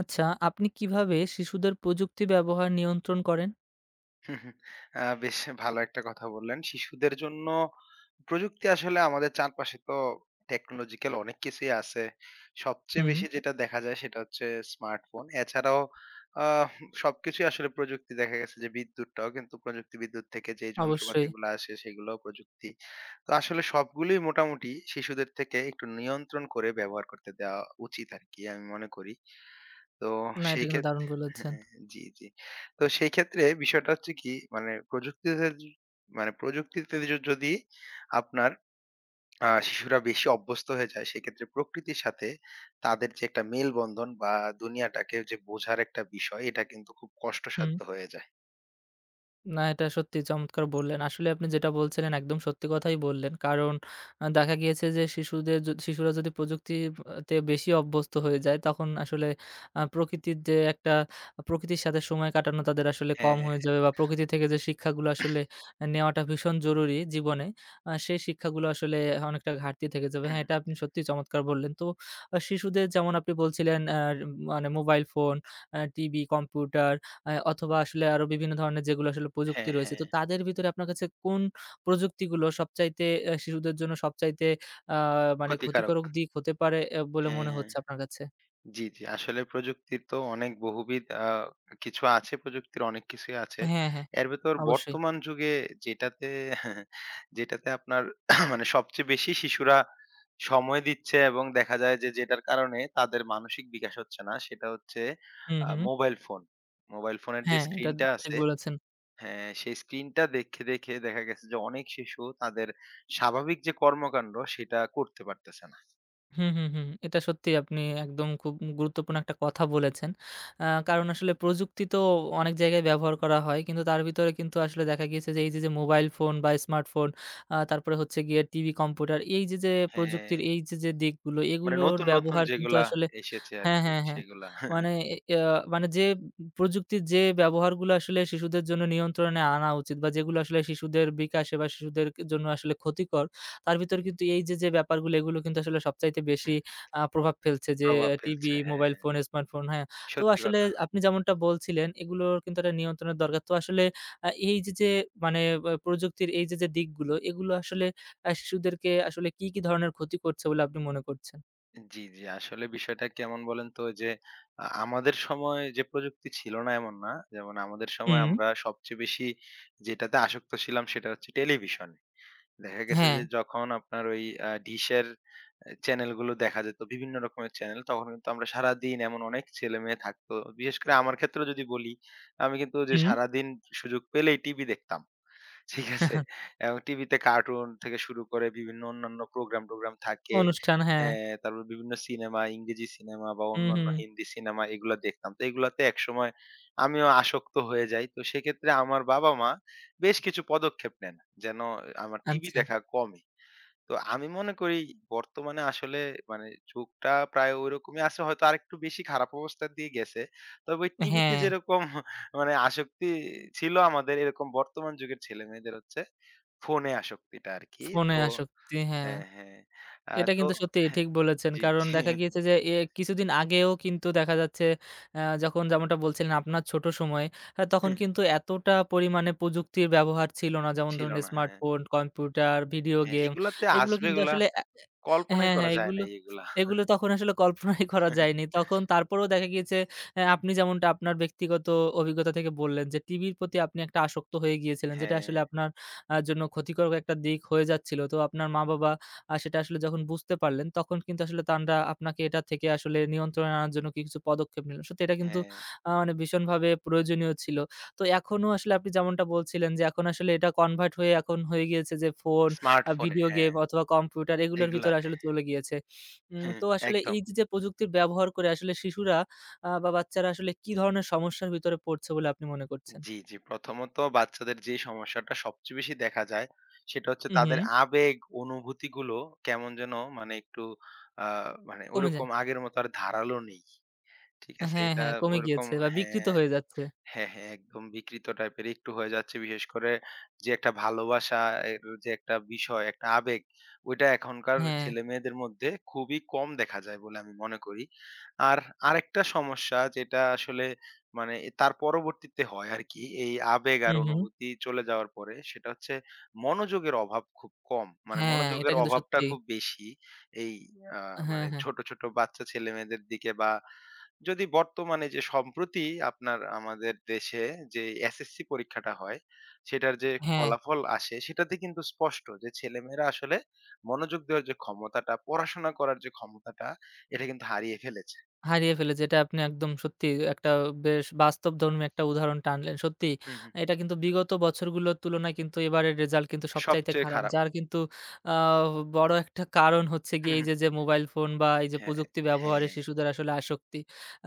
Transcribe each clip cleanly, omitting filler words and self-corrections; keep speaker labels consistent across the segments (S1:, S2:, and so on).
S1: আচ্ছা, আপনি কিভাবে শিশুদের প্রযুক্তি ব্যবহার নিয়ন্ত্রণ করেন?
S2: হুম, হুম। বেশ ভালো একটা কথা বললেন। শিশুদের জন্য প্রযুক্তি আসলে আমাদের চারপাশে তো টেকনোলজিক্যাল অনেক কিছুই আছে। সবচেয়ে
S1: হুম,
S2: বেশি যেটা দেখা যায় সেটা হচ্ছে স্মার্টফোন। এছাড়াও আহ সবকিছুই আসলে প্রযুক্তি, দেখা গেছে যে বিদ্যুৎটাও কিন্তু প্রযুক্তি, বিদ্যুৎ থেকে যে
S1: অবশ্যই।
S2: যন্ত্রপাতিগুলো আসে সেগুলোও প্রযুক্তি। তো আসলে সবগুলোই মোটামুটি শিশুদের থেকে একটু নিয়ন্ত্রণ করে ব্যবহার করতে দেওয়া উচিত আরকি, আমি মনে করি। তো
S1: না, এটা
S2: সেই
S1: কিন্তু দারুণ
S2: ক্ষেত্রে
S1: বলেছেন।
S2: হ্যাঁ, জি, জি। তো সেই ক্ষেত্রে বিষয়টা হচ্ছে কি, মানে প্রযুক্তিতে যদি আপনার শিশুরা বেশি অভ্যস্ত হয়ে যায় সেক্ষেত্রে প্রকৃতির সাথে তাদের যে একটা মেলবন্ধন বা দুনিয়াটাকে যে বোঝার একটা বিষয়, এটা কিন্তু খুব
S1: হুম।
S2: কষ্টসাধ্য হয়ে যায়।
S1: না, এটা সত্যি চমৎকার বললেন। আসলে আপনি যেটা বলছিলেন একদম সত্যি কথাই বললেন। কারণ দেখা গিয়েছে যে শিশুদের শিশুরা যদি প্রযুক্তির তে বেশি অভ্যস্ত হয়ে যায় তখন আসলে প্রকৃতির যে একটা প্রকৃতির সাথে সময় কাটানো তাদের আসলে কম
S2: হ্যাঁ,
S1: হয়ে যাবে বা প্রকৃতি থেকে যে শিক্ষাগুলো আসলে নেওয়াটা ভীষণ জরুরি জীবনে, সেই শিক্ষাগুলো আসলে অনেকটা ঘাটতি থেকে যাবে।
S2: হুম,
S1: হ্যাঁ,
S2: হুম।
S1: এটা আপনি সত্যিই চমৎকার বললেন। তো শিশুদের যেমন আপনি বলছিলেন মানে মোবাইল ফোন, টিভি, কম্পিউটার অথবা আসলে আরো বিভিন্ন ধরনের যেগুলো আসলে প্রযুক্তি
S2: হ্যাঁ,
S1: রয়েছে। তো
S2: হ্যাঁ।
S1: তাদের ভিতরে আপনার কাছে কোন প্রযুক্তিগুলো সবচাইতে শিশুদের জন্য সবচাইতে আ মানে
S2: ক্ষতিকারক।
S1: ক্ষতিকারক দিক হতে পারে বলে মনে
S2: হ্যাঁ।
S1: হচ্ছে আপনার কাছে?
S2: জি, জি। আসলে প্রযুক্তির তো অনেক বহুবিধ কিছু আছে, প্রযুক্তির অনেক কিছুই আছে।
S1: হ্যাঁ, হ্যাঁ।
S2: এর ভেতর
S1: অবশ্যই।
S2: বর্তমান যুগে যেটাতে যেটাতে আপনার মানে সবচেয়ে বেশি শিশুরা সময় দিচ্ছে এবং দেখা যায় যে যেটার কারণে তাদের মানসিক বিকাশ হচ্ছে না, সেটা হচ্ছে
S1: হুম, হুম।
S2: Mobile phone. মোবাইল ফোনের যে
S1: হ্যাঁ, এটা
S2: স্ক্রিনটা
S1: ঠিক
S2: আছে,
S1: বলেছেন।
S2: হ্যাঁ, সেই স্ক্রিনটা দেখে দেখা গেছে যে অনেক শিশু তাদের স্বাভাবিক যে কর্মকাণ্ড সেটা করতে পারতেছে না।
S1: হুম, হুম, হুম। এটা সত্যিই আপনি একদম খুব গুরুত্বপূর্ণ একটা কথা বলেছেন। কারণ আসলে প্রযুক্তি তো অনেক জায়গায় ব্যবহার করা হয়। কিন্তু তার ভিতরে কিন্তু আসলে দেখা গিয়েছে যে এই যে মোবাইল ফোন বা স্মার্টফোন তারপরে হচ্ছে গিয়ে টিভি, কম্পিউটার এই যে
S2: হ্যাঁ।
S1: প্রযুক্তির এই যে দিকগুলো
S2: মানে
S1: এগুলোর
S2: নতুন, নতুন
S1: ব্যবহার কিন্তু
S2: যেগুলা
S1: আসলে
S2: এসেছে
S1: হ্যাঁ,
S2: আরকি
S1: হ্যাঁ, হ্যাঁ।
S2: সেগুলা।
S1: মানে এ ইয়া মানে যে প্রযুক্তির যে ব্যবহারগুলো আসলে শিশুদের জন্য নিয়ন্ত্রণে আনা উচিত বা যেগুলো আসলে শিশুদের বিকাশে বা শিশুদের জন্য আসলে ক্ষতিকর তার ভিতর কিন্তু এই যে ব্যাপারগুলো এগুলো কিন্তু আসলে সবচাইতে বেশি
S2: হুম,
S1: প্রভাব ফেলছে যে
S2: প্রভাব
S1: টিভি,
S2: ফেলছে। হ্যাঁ,
S1: মোবাইল ফোন, স্মার্টফোন, হ্যাঁ? তো
S2: সত্যি
S1: আসলে
S2: কথা।
S1: আপনি যেমনটা বলছিলেন এগুলোর কিন্তু একটা নিয়ন্ত্রণের দরকার। তো আসলে এই যে মানে প্রযুক্তির এই যে দিকগুলো এগুলো আসলে শিশুদেরকে আসলে কি, কি ধরনের ক্ষতি করছে বলে আপনি মনে করছেন?
S2: জি, জি। আসলে বিষয়টা কেমন বলেন তো যে আমাদের সময় যে প্রযুক্তি ছিল না এমন না। যেমন আমাদের সময়
S1: হুম,
S2: আমরা সবচেয়ে বেশি যেটাতে আসক্ত ছিলাম সেটা হচ্ছে টেলিভিশনে। দেখা গেছে
S1: হ্যাঁ,
S2: যে যখন আপনার ওই ডিশের চ্যানেলগুলো দেখা যেত, বিভিন্ন রকমের চ্যানেল, তখন কিন্তু আমরা সারাদিন, এমন অনেক ছেলেমেয়ে থাকতো। বিশেষ করে আমার ক্ষেত্রেও যদি বলি, আমি কিন্তু যে
S1: হুম।
S2: সারাদিন সুযোগ পেলেই টিভি দেখতাম। ঠিক আছে? এবং টিভিতে কার্টুন থেকে শুরু করে বিভিন্ন অন্যান্য প্রোগ্রাম-টোগ্রাম থাকে।
S1: অনুষ্ঠান হ্যাঁ।
S2: হ্যাঁ, তারপর বিভিন্ন সিনেমা, ইংরেজি সিনেমা বা
S1: হুম,
S2: অন্যান্য
S1: হুম।
S2: হিন্দি সিনেমা, এগুলা দেখতাম। তো এগুলাতে একসময় আমিও আসক্ত হয়ে যাই। তো সেক্ষেত্রে আমার বাবা-মা বেশ কিছু পদক্ষেপ নেন যেন আমার টিভি
S1: আচ্ছা।
S2: দেখা কমে। তো আমি মনে করি বর্তমানে আসলে মানে যুগটা প্রায় ঐরকমই আছে, হয়তো আরেকটু বেশি খারাপ অবস্থার দিয়ে গেছে। তবে ওই টিভিতে
S1: হ্যাঁ,
S2: যেরকম মানে আসক্তি ছিল আমাদের, এরকম বর্তমান যুগের ছেলেমেয়েদের হচ্ছে ফোনে আসক্তিটা আরকি।
S1: ফোনে
S2: তো
S1: আসক্তি, হ্যাঁ।
S2: হ্যাঁ, হ্যাঁ।
S1: এটা
S2: তো
S1: কিন্তু সত্যি
S2: হ্যাঁ,
S1: ঠিক বলেছেন।
S2: জি,
S1: কারণ
S2: জি।
S1: দেখা গিয়েছে যে কিছুদিন আগেও কিন্তু দেখা যাচ্ছে যখন যেমনটা বলছিলেন আপনার ছোট সময়ে তখন কিন্তু এতটা পরিমাণে প্রযুক্তির ব্যবহার ছিল না। যেমন
S2: ছিল
S1: ধরুন
S2: না। হ্যাঁ,
S1: স্মার্টফোন, কম্পিউটার, ভিডিও
S2: হ্যাঁ।
S1: গেম
S2: এগুলাতে
S1: এগুলো
S2: আসবে,
S1: কিন্তু
S2: এগুলা
S1: আসলে অ্যা অ্যা
S2: কল্পনাই
S1: হ্যাঁ,
S2: করা
S1: হ্যাঁ
S2: যায়
S1: এগুলো
S2: নাই এগুলা।
S1: এগুলো তখন আসলে কল্পনাই করা যায়নি। তখন তারপরেও দেখা গিয়েছে আপনি যেমনটা আপনার ব্যক্তিগত অভিজ্ঞতা থেকে বললেন যে টিভির প্রতি আপনি একটা আসক্ত হয়ে গিয়েছিলেন। যেটা
S2: হ্যাঁ,
S1: আসলে আপনার জন্য ক্ষতিকারক একটা দিক হয়ে যাচ্ছিল। তো আপনার মা-বাবা আর সেটা আসলে যখন বুঝতে পারলেন, তখন কিন্তু আসলে তানরা আপনাকে এটা থেকে আসলে নিয়ন্ত্রণে আনার জন্য কি কিছু পদক্ষেপ নিল। সত্যি এটা কিন্তু
S2: হ্যাঁ।
S1: মানে ভীষণভাবে প্রয়োজনীয় ছিল। তো এখনো আসলে আপনি যেমনটা বলছিলেন যে, এখন আসলে এটা কনভার্ট হয়ে এখন হয়ে গিয়েছে যে ফোন,
S2: স্মার্টফোনে,
S1: ভিডিও গেম
S2: হ্যাঁ,
S1: অথবা কম্পিউটার এগুলোর ভিতরে
S2: এগুলাতে।
S1: আসলে চলে গিয়েছে।
S2: হ্যাঁ,
S1: তো আসলে
S2: একদম।
S1: এই যে প্রযুক্তির ব্যবহার করে আসলে শিশুরা বা বাচ্চারা আসলে কি ধরনের সমস্যার ভিতরে পড়ছে বলে আপনি মনে করছেন?
S2: জি, জি। প্রথমত বাচ্চাদের যে সমস্যাটা সবচেয়ে বেশি দেখা যায়, সেটা হচ্ছে
S1: উহু,
S2: তাদের আবেগ, অনুভূতিগুলো কেমন যেন মানে একটু আ মানে
S1: কমে যায়।
S2: ওরকম আগের মতো আর ধারালো নেই। ঠিক আছে?
S1: হ্যাঁ,
S2: এটা
S1: হ্যাঁ, কমে
S2: ওরকম,
S1: গিয়েছে বা বিকৃত
S2: হ্যাঁ।
S1: হয়ে যাচ্ছে।
S2: হ্যাঁ, হ্যাঁ, একদম বিকৃত টাইপের একটু হয়ে যাচ্ছে। বিশেষ করে যে একটা ভালোবাসা, এর যে একটা বিষয়, একটা আবেগ, ওইটা এখনকার
S1: হ্যাঁ,
S2: ছেলেমেয়েদের মধ্যে খুবই কম দেখা যায় বলে আমি মনে করি। আর আরেকটা সমস্যা যেটা আসলে মানে তার পরবর্তীতে হয় আরকি, এই আবেগ
S1: হু,
S2: আর
S1: হু।
S2: অনুভূতি চলে যাওয়ার পরে, সেটা হচ্ছে মনোযোগের অভাব খুব কম, মানে
S1: হ্যাঁ, এটা
S2: মনোযোগের
S1: কিন্তু
S2: অভাবটা
S1: সত্যি।
S2: খুব বেশি। এই আ
S1: হ্যাঁ,
S2: মানে
S1: হ্যাঁ,
S2: ছোট, ছোট বাচ্চা ছেলেমেয়েদের দিকে, বা যদি বর্তমানে যে সম্প্রতি আপনার আমাদের দেশে যে এসএসসি পরীক্ষাটা হয়, সেটার যে
S1: হ্যাঁ,
S2: ফলাফল আসে সেটাতে কিন্তু স্পষ্ট যে ছেলেমেয়েরা আসলে মনোযোগ দেওয়ার যে ক্ষমতাটা, পড়াশোনা করার যে ক্ষমতাটা, এটা কিন্তু হারিয়ে ফেলেছে।
S1: হারিয়ে ফেলেছে। এটা আপনি একদম সত্যি একটা বেশ বাস্তবধর্মী একটা উদাহরণ টানলেন। সত্যিই
S2: হুম, হুম।
S1: এটা কিন্তু বিগত বছরগুলোর তুলনায় কিন্তু এবারের রেজাল্ট কিন্তু সবচাইতে
S2: সবচেয়ে
S1: খারাপ।
S2: খারাপ।
S1: যার কিন্তু আ বড় একটা কারণ হচ্ছে গিয়ে
S2: হুম,
S1: এই
S2: হুম।
S1: যে মোবাইল ফোন বা এই যে
S2: হ্যাঁ,
S1: প্রযুক্তি ব্যবহারে
S2: হ্যাঁ।
S1: শিশুদের আসলে আসক্তি।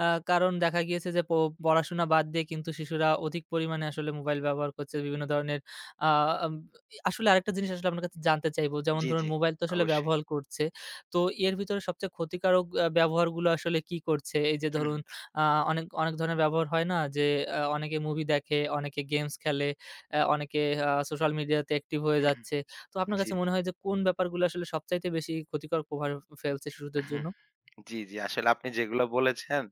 S1: আ কারণ দেখা গিয়েছে যে, পড়াশোনা বাদ দিয়ে কিন্তু শিশুরা অধিক পরিমাণে আসলে মোবাইল ব্যবহার করছে বিভিন্ন ধরনের আ আম আসলে আরেকটা জিনিস আসলে আপনার কাছে জানতে চাইবো। যেমন
S2: জি,
S1: ধরুন
S2: জি।
S1: মোবাইল তো আসলে
S2: অবশ্যই।
S1: ব্যবহার করছে। তো এর ভিতরে সবচেয়ে ক্ষতিকারক ব্যবহারগুলো আসলে কি করছে? এই যে
S2: হুম,
S1: ধরুন
S2: হুম।
S1: আ অনেক, অনেক ধরনের ব্যবহার হয় না? যে অনেকে মুভি দেখে, অনেকে গেমস খেলে, অনেকে সোশ্যাল মিডিয়াতে অ্যাক্টিভ হয়ে
S2: হুম,
S1: যাচ্ছে। তো
S2: হুম।
S1: আপনার
S2: জি,
S1: কাছে
S2: জি।
S1: মনে হয় যে কোন ব্যাপারগুলো আসলে সবচাইতে বেশি ক্ষতিকর প্রভাব ফেলছে শিশুদের
S2: হুম।
S1: জন্য?
S2: জি, জি। আসলে আপনি যেগুলো বলেছেন,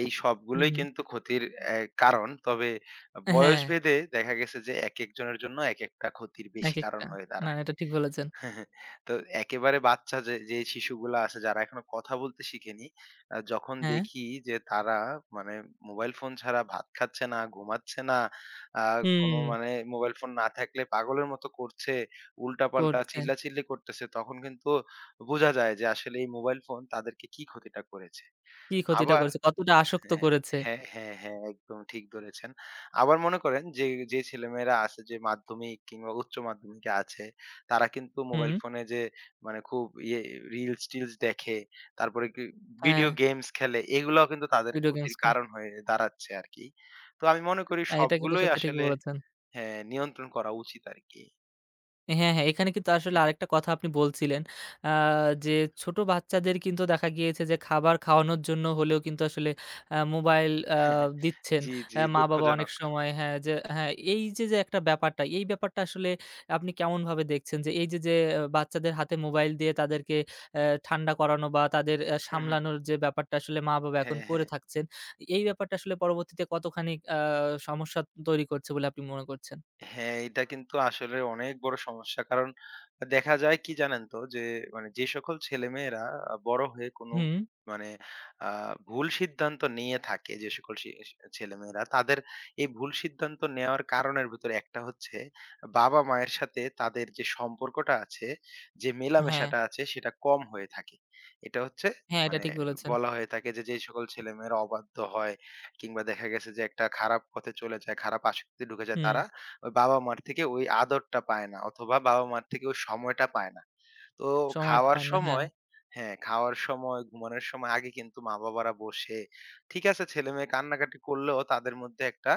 S2: এই
S1: হুম,
S2: সবগুলোই
S1: হুম।
S2: কিন্তু ক্ষতির কারণ। তবে বয়স
S1: হ্যাঁ,
S2: ভেদে দেখা গেছে যে একেকজনের জন্য একেকটা ক্ষতির বেশি কারণ
S1: একেকটা।
S2: হয়ে
S1: না,
S2: দাঁড়ায়।
S1: এটা ঠিক বলেছেন।
S2: হ্যাঁ, তো একেবারে বাচ্চা যে, যে শিশুগুলা আছে যারা এখনো কথা বলতে শিখেনি, যখন
S1: হ্যাঁ।
S2: দেখি যে তারা মানে মোবাইল ফোন ছাড়া ভাত খাচ্ছে না, ঘুমাচ্ছে না, আ কোনো
S1: হুম,
S2: মানে মোবাইল ফোন না থাকলে পাগলের মতো করছে, উল্টাপাল্টা
S1: করছে।
S2: চিল্লাচিল্লি করতেছে, তখন কিন্তু বোঝা যায় যে আসলে এই মোবাইল ফোন তাদেরকে কি ক্ষতিটা করেছে।
S1: কি ক্ষতিটা
S2: আবার
S1: করেছে? কতটা আসক্ত
S2: হ্যাঁ,
S1: করেছে?
S2: হ্যাঁ, হ্যাঁ, হ্যাঁ, একদম ঠিক ধরেছেন। আবার মনে করেন যে, যে ছেলেমেয়েরা আছে যে মাধ্যমিক কিংবা উচ্চ মাধ্যমিকে আছে, তারা কিন্তু
S1: হুম,
S2: মোবাইল ফোনে যে মানে খুব রিলস-টিলস দেখে, তারপরে কি
S1: হ্যাঁ,
S2: ভিডিও গেমস খেলে, এগুলাও কিন্তু তাদের
S1: ভিডিও গেমস
S2: ক্ষতির
S1: খেলা।
S2: কারণ হয়ে দাঁড়াচ্ছে আরকি। তো আমি মনে করি
S1: হ্যাঁ, এটা কিন্তু
S2: সবগুলোই
S1: সত্যি ঠিক
S2: আসলে,
S1: বলেছেন।
S2: হ্যাঁ, নিয়ন্ত্রণ করা উচিত আরকি।
S1: হ্যাঁ, হ্যাঁ। এখানে কিন্তু আসলে আরেকটা কথা আপনি বলছিলেন আ যে ছোট বাচ্চাদের কিন্তু দেখা গিয়েছে যে খাবার খাওয়ানোর জন্য হলেও কিন্তু আসলে মোবাইল দিচ্ছেন।
S2: জি, জি,
S1: মা-বাবা অনেক
S2: দুঃখজনক।
S1: সময় হ্যাঁ, যে হ্যাঁ, এই যে, যে একটা ব্যাপারটা, এই ব্যাপারটা আসলে আপনি কেমনভাবে দেখছেন? যে এই যে বাচ্চাদের হাতে মোবাইল দিয়ে তাদেরকে ঠান্ডা করানো বা তাদের সামলানোর যে ব্যাপারটা আসলে মা-বাবা এখন
S2: হ্যাঁ,
S1: করে
S2: হ্যাঁ।
S1: থাকছেন, এই ব্যাপারটা আসলে পরবর্তীতে কতখানি সমস্যা তৈরি করছে বলে আপনি মনে করছেন?
S2: হ্যাঁ, এটা কিন্তু আসলে অনেক বড় সমস্যা। কারণ দেখা যায় কি জানেন তো? যে মানে যে সকল ছেলেমেয়েরা বড় হয়ে কোনো
S1: হুম,
S2: মানে আ ভুল সিদ্ধান্ত নিয়ে থাকে, যে সকল সি সি ছেলেমেয়েরা, তাদের এই ভুল সিদ্ধান্ত নেওয়ার কারণের ভেতরে একটা হচ্ছে বাবা-মায়ের সাথে তাদের যে সম্পর্কটা আছে, যে
S1: হ্যাঁ,
S2: মেলামেশাটা আছে সেটা কম হয়ে থাকে। এটা হচ্ছে
S1: হ্যাঁ, এটা
S2: মানে
S1: ঠিক বলেছেন।
S2: বলা হয়ে থাকে যে, যে সকল ছেলেমেয়েরা অবাধ্য হয় কিংবা দেখা গেছে যে একটা খারাপ পথে চলে যায়, খারাপ আসক্তিতে ঢুকে যায়,
S1: হুম,
S2: তারা ওই বাবা-মার থেকে ওই আদরটা পায় না অথবা বাবা-মার থেকে ওই সময়টা পায় না। তো
S1: সময়টা
S2: খাওয়ার
S1: পায় না। হ্যাঁ।
S2: সময়, হ্যাঁ, খাওয়ার সময়, ঘুমানোর সময় আগে কিন্তু মা-বাবারা বসে, ঠিক আছে, ছেলেমেয়ে কান্নাকাটি করলেও তাদের মধ্যে একটা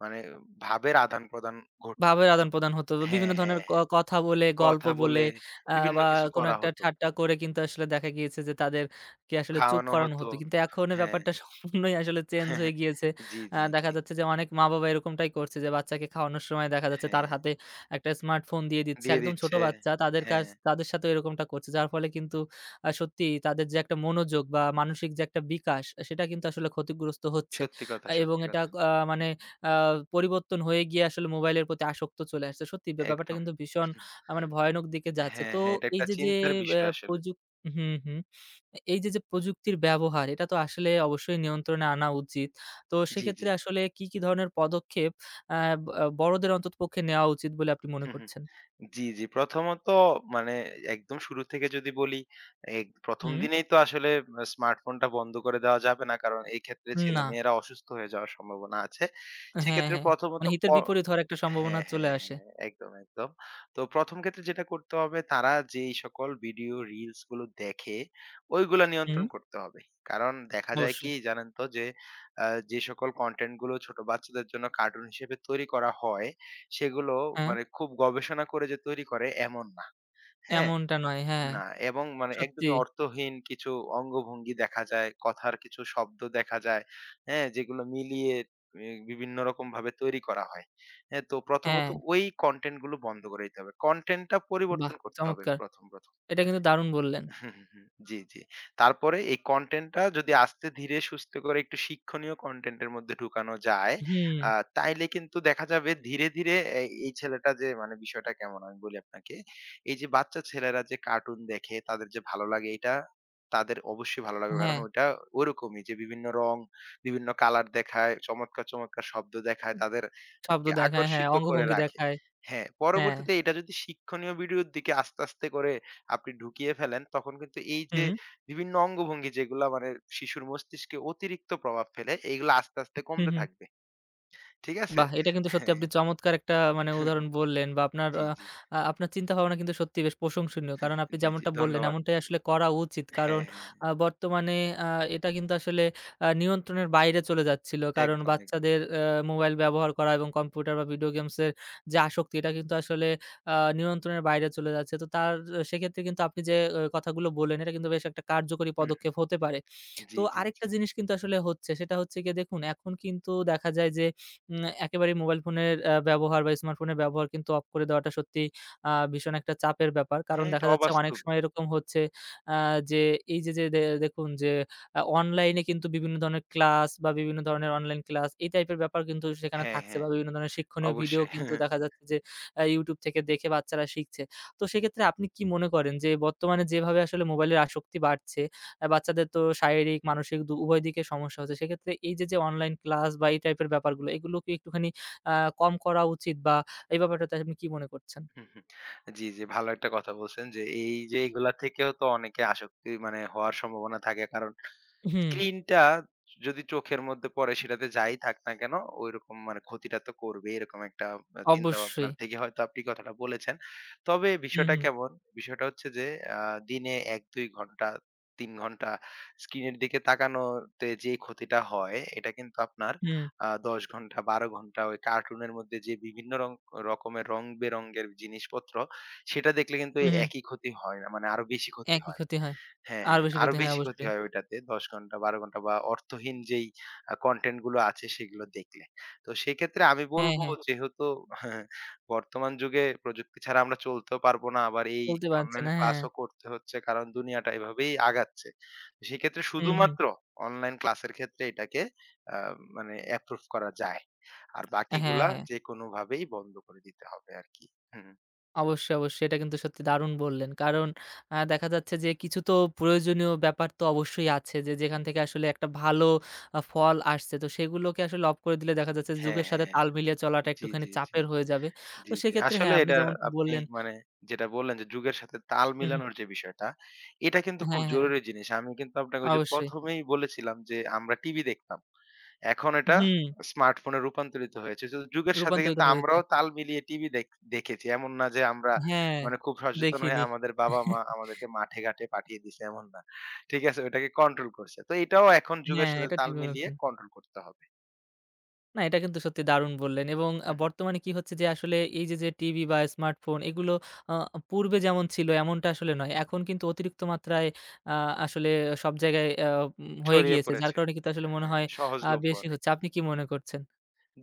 S2: মানে ভাবের আদান-প্রদান ঘট
S1: ভাবের আদান-প্রদান হতো। বিভিন্ন
S2: হ্যাঁ,
S1: ধরনের
S2: হ্যাঁ, হ্যাঁ।
S1: কথা বলে, গল্প
S2: কথা
S1: বলে
S2: বলে বিভিন্ন
S1: বা
S2: কিছু
S1: কোনো
S2: করা
S1: একটা
S2: হতো।
S1: ঠাট্টা করে কিন্তু আসলে দেখা গিয়েছে যে তাদেরকে আসলে চুপ
S2: খাওয়ানো
S1: করানো
S2: হতো।
S1: হতো। কিন্তু এখন এই
S2: হ্যাঁ।
S1: ব্যাপারটা সম্পূর্ণই আসলে চেঞ্জ হয়ে গিয়েছে।
S2: জি, জি,
S1: দেখা
S2: জি।
S1: যাচ্ছে যে অনেক মা-বাবা এরকমটাই করছে যে বাচ্চাকে খাওয়ানোর সময় দেখা যাচ্ছে তার
S2: হ্যাঁ,
S1: হাতে একটা স্মার্টফোন দিয়ে দিচ্ছে।
S2: দিয়ে
S1: একদম ছোট
S2: দিচ্ছে।
S1: বাচ্চা
S2: হ্যাঁ,
S1: তাদের সাথেও এরকমটা করছে। যার ফলে কিন্তু সত্যিই তাদের যে একটা মনোযোগ বা মানসিক যে একটা বিকাশ সেটা কিন্তু আসলে ক্ষতিগ্রস্ত হচ্ছে।
S2: সত্যি কথা,
S1: এবং
S2: সত্যি
S1: এটা
S2: কথা।
S1: আ মানে আ পরিবর্তন হয়ে গিয়ে আসলে মোবাইলের প্রতি আসক্ত চলে আসছে। সত্যি ব্যাপারটা
S2: একদম।
S1: কিন্তু ভীষণ মানে ভয়ানক দিকে যাচ্ছে।
S2: হ্যাঁ,
S1: তো
S2: হ্যাঁ, এটা
S1: এই
S2: একটা
S1: যে
S2: চিন্তার
S1: অ্যা
S2: বিষয় আসলে।
S1: প্রযুক হুম, হুম। এই যে প্রযুক্তির ব্যবহার এটা তো আসলে অবশ্যই নিয়ন্ত্রণে আনা উচিত। তো
S2: জি, জি।
S1: সেক্ষেত্রে আসলে কি, কি ধরনের পদক্ষেপ আ আ বড়দের অন্ততপক্ষে নেওয়া উচিত বলে আপনি মনে
S2: হুম, হুম।
S1: করছেন?
S2: জি, জি। প্রথমত, মানে একদম শুরু থেকে যদি বলি, ১ম
S1: হুম,
S2: দিনেই তো আসলে স্মার্টফোনটা বন্ধ করে দেওয়া যাবে না। কারণ এই ক্ষেত্রে
S1: না।
S2: ছেলেমেয়েরা অসুস্থ হয়ে যাওয়ার সম্ভাবনা আছে।
S1: হ্যাঁ,
S2: সেক্ষেত্রে
S1: হ্যাঁ।
S2: প্রথমত
S1: মানে হিতের বিপরীত হওয়ার একটা সম্ভাবনা
S2: হ্যাঁ,
S1: চলে
S2: হ্যাঁ,
S1: আসে।
S2: হ্যাঁ। একদম, একদম। তো ১ম ক্ষেত্রে যেটা করতে হবে, তারা যেই সকল ভিডিও রিলস গুলো দেখে ওইগুলা
S1: হুম,
S2: নিয়ন্ত্রণ করতে হবে। কারণ দেখা যায়
S1: অবশ্যই।
S2: কি জানেন তো যে, আ যে সকল কনটেন্ট গুলো ছোট বাচ্চাদের জন্য কার্টুন হিসেবে তৈরি করা হয় সেগুলো
S1: হ্যাঁ,
S2: মানে খুব গবেষণা করে যে তৈরি করে এমন না। হ্যাঁ?
S1: এমনটা নয়। হ্যাঁ,
S2: না, এবং মানে
S1: সত্যি।
S2: একদমই অর্থহীন কিছু অঙ্গভঙ্গি দেখা যায়, কথার কিছু শব্দ দেখা যায়। হ্যাঁ? যেগুলো মিলিয়ে বিভিন্ন রকমভাবে তৈরি করা হয়। হ্যাঁ? তো প্রথমত
S1: হ্যাঁ,
S2: ওই কনটেন্ট গুলো বন্ধ করে দিতে হবে। কনটেন্ট টা
S1: বাহ!
S2: পরিবর্তন করতে হবে,
S1: চমৎকার।
S2: ১ম, ১ম।
S1: এটা কিন্তু দারুণ বললেন।
S2: হুম, হুম, হুম। জি, জি। তারপরে এই কনটেন্টটা যদি আস্তে ধীরে সুস্থে করে একটু শিক্ষণীয় কনটেন্টের মধ্যে ঢুকানো যায়,
S1: হুম,
S2: আ তাইলে কিন্তু দেখা যাবে ধীরে, ধীরে এই ছেলেটা যে মানে বিষয়টা কেমন আমি বলি আপনাকে। এই যে বাচ্চা ছেলেরা যে কার্টুন দেখে তাদের যে ভালো লাগে এটা, তাদের অবশ্যই ভালো লাগবে। কারণ
S1: হ্যাঁ,
S2: ওইটা ওরকমই যে বিভিন্ন রং, বিভিন্ন কালার দেখায়, চমৎকার, চমৎকার শব্দ দেখায়,
S1: শব্দ
S2: তাদেরকে
S1: দেখায়, হ্যাঁ,
S2: আকর্ষিত করে
S1: অঙ্গভঙ্গি
S2: রাখে।
S1: দেখায়।
S2: হ্যাঁ,
S1: হ্যাঁ,
S2: পরবর্তীতে এটা যদি শিক্ষণীয় ভিডিওর দিকে আস্তে, আস্তে করে আপনি ঢুকিয়ে ফেলেন তখন কিন্তু এই যে
S1: হুম,
S2: বিভিন্ন অঙ্গভঙ্গি যেগুলা মানে শিশুর মস্তিষ্কে অতিরিক্ত প্রভাব ফেলে এইগুলো আস্তে আস্তে
S1: হুম,
S2: কমতে
S1: হুম।
S2: থাকবে। ঠিক আছে?
S1: বাহ! এটা কিন্তু সত্যি
S2: হ্যাঁ।
S1: আপনি চমৎকার একটা মানে উদাহরণ বললেন বা আপনার
S2: জি,
S1: আ
S2: জি।
S1: আ আপনার চিন্তা ভাবনা কিন্তু সত্যি বেশ প্রশংসনীয়। কারণ আপনি
S2: জি, জি।
S1: যেমনটা বললেন
S2: ধন্যবাদ।
S1: এমনটাই আসলে করা উচিত। কারণ
S2: হ্যাঁ, হ্যাঁ।
S1: বর্তমানে আ এটা কিন্তু আসলে নিয়ন্ত্রণের বাইরে চলে যাচ্ছিল। কারণ
S2: একদম, একদম।
S1: বাচ্চাদের মোবাইল ব্যবহার করা এবং কম্পিউটার বা ভিডিও গেমসের যে আসক্তি এটা কিন্তু আসলে নিয়ন্ত্রণের বাইরে চলে যাচ্ছে। তো তার সেক্ষেত্রে কিন্তু আপনি যে কথাগুলো বললেন এটা কিন্তু বেশ একটা কার্যকরী
S2: হুম,
S1: পদক্ষেপ হতে পারে।
S2: হুম,
S1: তো
S2: জি, জি, জি।
S1: আরেকটা জিনিস কিন্তু আসলে হচ্ছে সেটা হচ্ছে গিয়ে দেখুন এখন কিন্তু দেখা যায় যে একেবারেই মোবাইল ফোনের ব্যবহার বা স্মার্টফোনের ব্যবহার কিন্তু অফ করে দেওয়াটা সত্যি ভীষণ একটা চাপের ব্যাপার। কারণ
S2: হ্যাঁ, এটা
S1: দেখা যাচ্ছে অনেক
S2: অবাস্তব।
S1: সময় এরকম হচ্ছে আ যে এই যে দেখুন যে অনলাইনে কিন্তু বিভিন্ন ধরনের ক্লাস বা বিভিন্ন ধরনের অনলাইন ক্লাস এই টাইপের ব্যাপার কিন্তু সেখানে
S2: হ্যাঁ,
S1: থাকছে বা
S2: হ্যাঁ।
S1: বিভিন্ন ধরনের শিক্ষণীয় ভিডিও
S2: অবশ্যই।
S1: কিন্তু দেখা যাচ্ছে যে YouTube থেকে দেখে বাচ্চারা শিখছে। তো সেক্ষেত্রে আপনি কি মনে করেন যে বর্তমানে যেভাবে আসলে মোবাইলের আসক্তি বাড়ছে বাচ্চাদের তো শারীরিক, মানসিক উভয় দিকে সমস্যা হচ্ছে। সেক্ষেত্রে এই যে অনলাইন ক্লাস বা এই টাইপের ব্যাপারগুলো, এগুলো কি একটুখানি আ কম করা উচিত বা এই ব্যাপারটাতে আপনি কি মনে করছেন?
S2: হুম, হুম। জি, জি, ভালো একটা কথা বলছেন, যে এই যে এগুলা থেকেও তো অনেকে আসক্তি মানে হওয়ার সম্ভাবনা থাকে। কারণ
S1: হুম,
S2: স্ক্রিনটা যদি চোখের মধ্যে পড়ে সেটাতে যাই থাক না কেন, ওইরকম মানে ক্ষতিটা তো করবেই, এরকম একটা
S1: অবশ্যই।
S2: চিন্তাভাবনার থেকে হয়তো আপনি কথাটা বলেছেন। তবে
S1: হুম,
S2: বিষয়টা
S1: হুম,
S2: কেমন? বিষয়টা হচ্ছে যে আ দিনে ১-২ ঘন্টা, ৩ ঘন্টা স্ক্রিনের দিকে তাকানোতে যে ক্ষতিটা হয় এটা কিন্তু আপনার
S1: হুম,
S2: ১০ ঘন্টা, ১২ ঘন্টা ওই কার্টুনের মধ্যে যে বিভিন্ন রকমের রং বেরঙের জিনিসপত্র, সেটা দেখলে কিন্তু
S1: হুম,
S2: এই
S1: হুম।
S2: একই ক্ষতি হয় না, মানে আরো বেশি ক্ষতি
S1: একই
S2: হয়।
S1: ক্ষতি হয়।
S2: হ্যাঁ,
S1: আরো বেশি
S2: আরো
S1: ক্ষতি হয়
S2: বেশি ক্ষতি
S1: অবশ্যই।
S2: হয় ওইটাতে, ১০ ঘন্টা ১২ ঘন্টা বা অর্থহীন যেই কনটেন্ট গুলো আছে সেগুলো দেখলে। তো সেক্ষেত্রে আমি
S1: হ্যাঁ,
S2: বলব,
S1: হ্যাঁ।
S2: যেহেতু বর্তমান যুগে প্রযুক্তি ছাড়া আমরা চলতেও পারবো না, আবার এই
S1: বলতে পারছে
S2: অনলাইন
S1: না। হ্যাঁ।
S2: ক্লাসও করতে হচ্ছে, কারণ দুনিয়াটা এভাবেই আগাচ্ছে। তো সেক্ষেত্রে
S1: হুম, হুম।
S2: শুধুমাত্র অনলাইন ক্লাসের ক্ষেত্রে এটাকে আ মানে এপ্রুভ করা যায়। আর
S1: হ্যাঁ,
S2: বাকিগুলা
S1: হ্যাঁ।
S2: যেকোনোভাবেই বন্ধ করে দিতে হবে আরকি। হুম।
S1: অবশ্যই, অবশ্যই। এটা কিন্তু সত্যি দারুণ বললেন। কারণ দেখা যাচ্ছে যে কিছু তো প্রয়োজনীয় ব্যাপার তো অবশ্যই আছে যে যেখান থেকে আসলে একটা ভালো ফল আসছে। তো সেগুলোকে আসলে অফ করে দিলে দেখা যাচ্ছে
S2: হ্যাঁ,
S1: যুগের
S2: হ্যাঁ।
S1: সাথে
S2: হ্যাঁ।
S1: তাল মিলিয়ে চলাটা
S2: জি,
S1: একটুখানি
S2: জি, জি।
S1: চাপের হয়ে যাবে। তো
S2: জি, জি।
S1: সেক্ষেত্রে হ্যাঁ,
S2: আসলে
S1: আপনি
S2: এটা
S1: যেমনটা
S2: আপনি
S1: বললেন
S2: মানে যেটা বললেন যে যুগের সাথে তাল
S1: হুম, হুম।
S2: মিলানোর যে বিষয়টা, এটা কিন্তু খুব
S1: হ্যাঁ, হ্যাঁ,
S2: জরুরি জিনিস। আমি কিন্তু আপনাকে ওই যে
S1: অবশ্যই।
S2: ১ম এই বলেছিলাম যে আমরা টিভি দেখতাম। এখন এটা
S1: হুম,
S2: স্মার্টফোনে রূপান্তরিত হয়েছে। তো যুগের সাথে
S1: রূপান্তরিত
S2: কিন্তু
S1: হয়েছে।
S2: আমরাও তাল মিলিয়ে টিভি দেখেছি। এমন না যে আমরা
S1: হ্যাঁ,
S2: মানে খুব সচেতন হয়ে
S1: দেখিনি।
S2: আমাদের বাবা-মা আমাদেরকে মাঠে ঘাটে পাঠিয়ে দিছে, এমন না। ঠিক আছে? ওটাকে কন্ট্রোল করছে। তো এটাও এখন যুগের
S1: হ্যাঁ,
S2: সাথে
S1: এটা
S2: তাল
S1: ঠিক
S2: মিলিয়ে
S1: বলেছেন।
S2: কন্ট্রোল করতে হবে।
S1: না, এটা কিন্তু সত্যি দারুণ বললেন এবং
S2: হু, হু।
S1: বর্তমানে কি হচ্ছে যে আসলে এই যে টিভি বা স্মার্টফোন এগুলো আ পূর্বে যেমন ছিল এমনটা আসলে নয়। এখন কিন্তু অতিরিক্ত মাত্রায় আ আসলে সব জায়গায় আ উম হয়ে
S2: ছড়িয়ে
S1: গিয়েছে। যার
S2: পড়েছে
S1: কারণে কিন্তু আসলে
S2: এটা।
S1: মনে
S2: হ্যাঁ,
S1: হয়
S2: সহজলভ্য
S1: বেশি
S2: অনেক।
S1: হচ্ছে। আপনি কি মনে করছেন?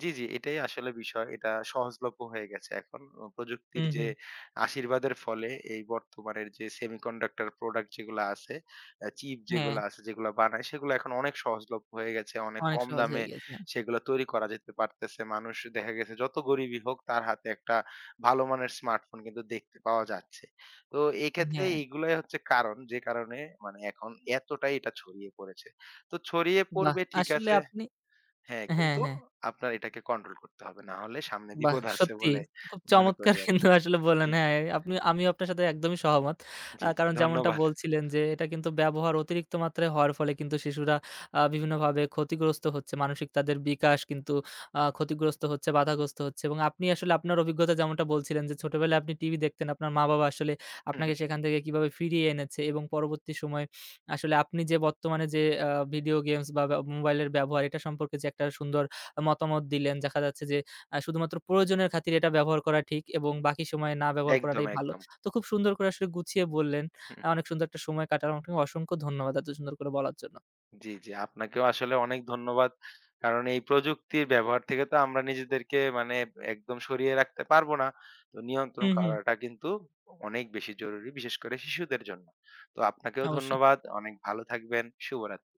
S2: জি, জি, এটাই আসলে বিষয়। এটা সহজলভ্য হয়ে গেছে এখন। প্রযুক্তির
S1: হুম,
S2: যে
S1: হুম।
S2: আশীর্বাদের ফলে এই বর্তমানের যে সেমিকন্ডাক্টর প্রোডাক্ট যেগুলা আছে, চিপ
S1: হ্যাঁ,
S2: যেগুলা আছে, যেগুলা বানায়, সেগুলা এখন অনেক সহজলভ্য হয়ে গেছে। অনেক
S1: অনেক
S2: কম
S1: সহজ
S2: দামে
S1: হয়ে গিয়েছে।
S2: সেগুলা তৈরি করা যেতে পারতেছে। মানুষ দেখা গেছে যত গরিবই হোক তার হাতে একটা ভালো মানের স্মার্টফোন কিন্তু দেখতে পাওয়া যাচ্ছে। তো এই ক্ষেত্রে
S1: হ্যাঁ,
S2: এইগুলাই হচ্ছে কারণ, যে কারণে মানে এখন এতটাই এটা ছড়িয়ে পড়েছে। তো ছড়িয়ে
S1: বাহ!
S2: পড়বে, ঠিক
S1: আসলে
S2: আছে,
S1: আপনি
S2: হ্যাঁ,
S1: হ্যাঁ,
S2: কিন্তু
S1: হ্যাঁ।
S2: আপনার এটাকে কন্ট্রোল করতে হবে। না হলে সামনে
S1: বাহ!
S2: বিপদ আছে
S1: সত্যি
S2: বলে
S1: খুব
S2: মনে
S1: চমৎকার
S2: করি আরকি।
S1: কিন্তু আসলে বললেন।
S2: হ্যাঁ,
S1: হ্যাঁ, আপনি আমিও আপনার সাথে একদমই সহমত।
S2: জি, জি,
S1: কারণ যেমনটা
S2: ধন্যবাদ।
S1: বলছিলেন যে এটা কিন্তু ব্যবহার অতিরিক্ত মাত্রায় হওয়ার ফলে কিন্তু শিশুরা বিভিন্নভাবে ক্ষতিগ্রস্ত হচ্ছে। মানসিক তাদের বিকাশ কিন্তু ক্ষতিগ্রস্ত হচ্ছে, বাধাগ্রস্ত হচ্ছে এবং আপনি আসলে আপনার অভিজ্ঞতা যেমনটা বলছিলেন যে ছোটবেলায় আপনি টিভি দেখতেন, আপনার মা-বাবা আসলে
S2: হুম,
S1: আপনাকে সেখান থেকে কিভাবে ফিরিয়ে এনেছে এবং পরবর্তী সময়ে আসলে আপনি যে বর্তমানে যে ভিডিও গেমস বা মোবাইলের ব্যবহার এটা সম্পর্কে যে একটা সুন্দর মতামত দিলেন। দেখা যাচ্ছে যে শুধুমাত্র প্রয়োজনের খাতিরে এটা ব্যবহার করা ঠিক এবং বাকি সময়ে না ব্যবহার
S2: একদম,
S1: করাটাই ভালো।
S2: একদম।
S1: তো খুব সুন্দর করে আসলে গুছিয়ে বললেন।
S2: হুম,
S1: অনেক সুন্দর একটা সময় কাটালাম। আপনাকে অসংখ্য ধন্যবাদ এত সুন্দর করে বলার জন্য।
S2: জি, জি। আপনাকেও আসলে অনেক ধন্যবাদ। কারণ এই প্রযুক্তির ব্যবহার থেকে তো আমরা নিজেদেরকে মানে একদম সরিয়ে রাখতে পারবো না। তো নিয়ন্ত্রণ
S1: হুম, হুম।
S2: করাটা কিন্তু অনেক বেশি জরুরি, বিশেষ করে শিশুদের জন্য। তো আপনাকেও
S1: অবশ্যই।
S2: ধন্যবাদ। অনেক ভালো থাকবেন। শুভরাত্রি।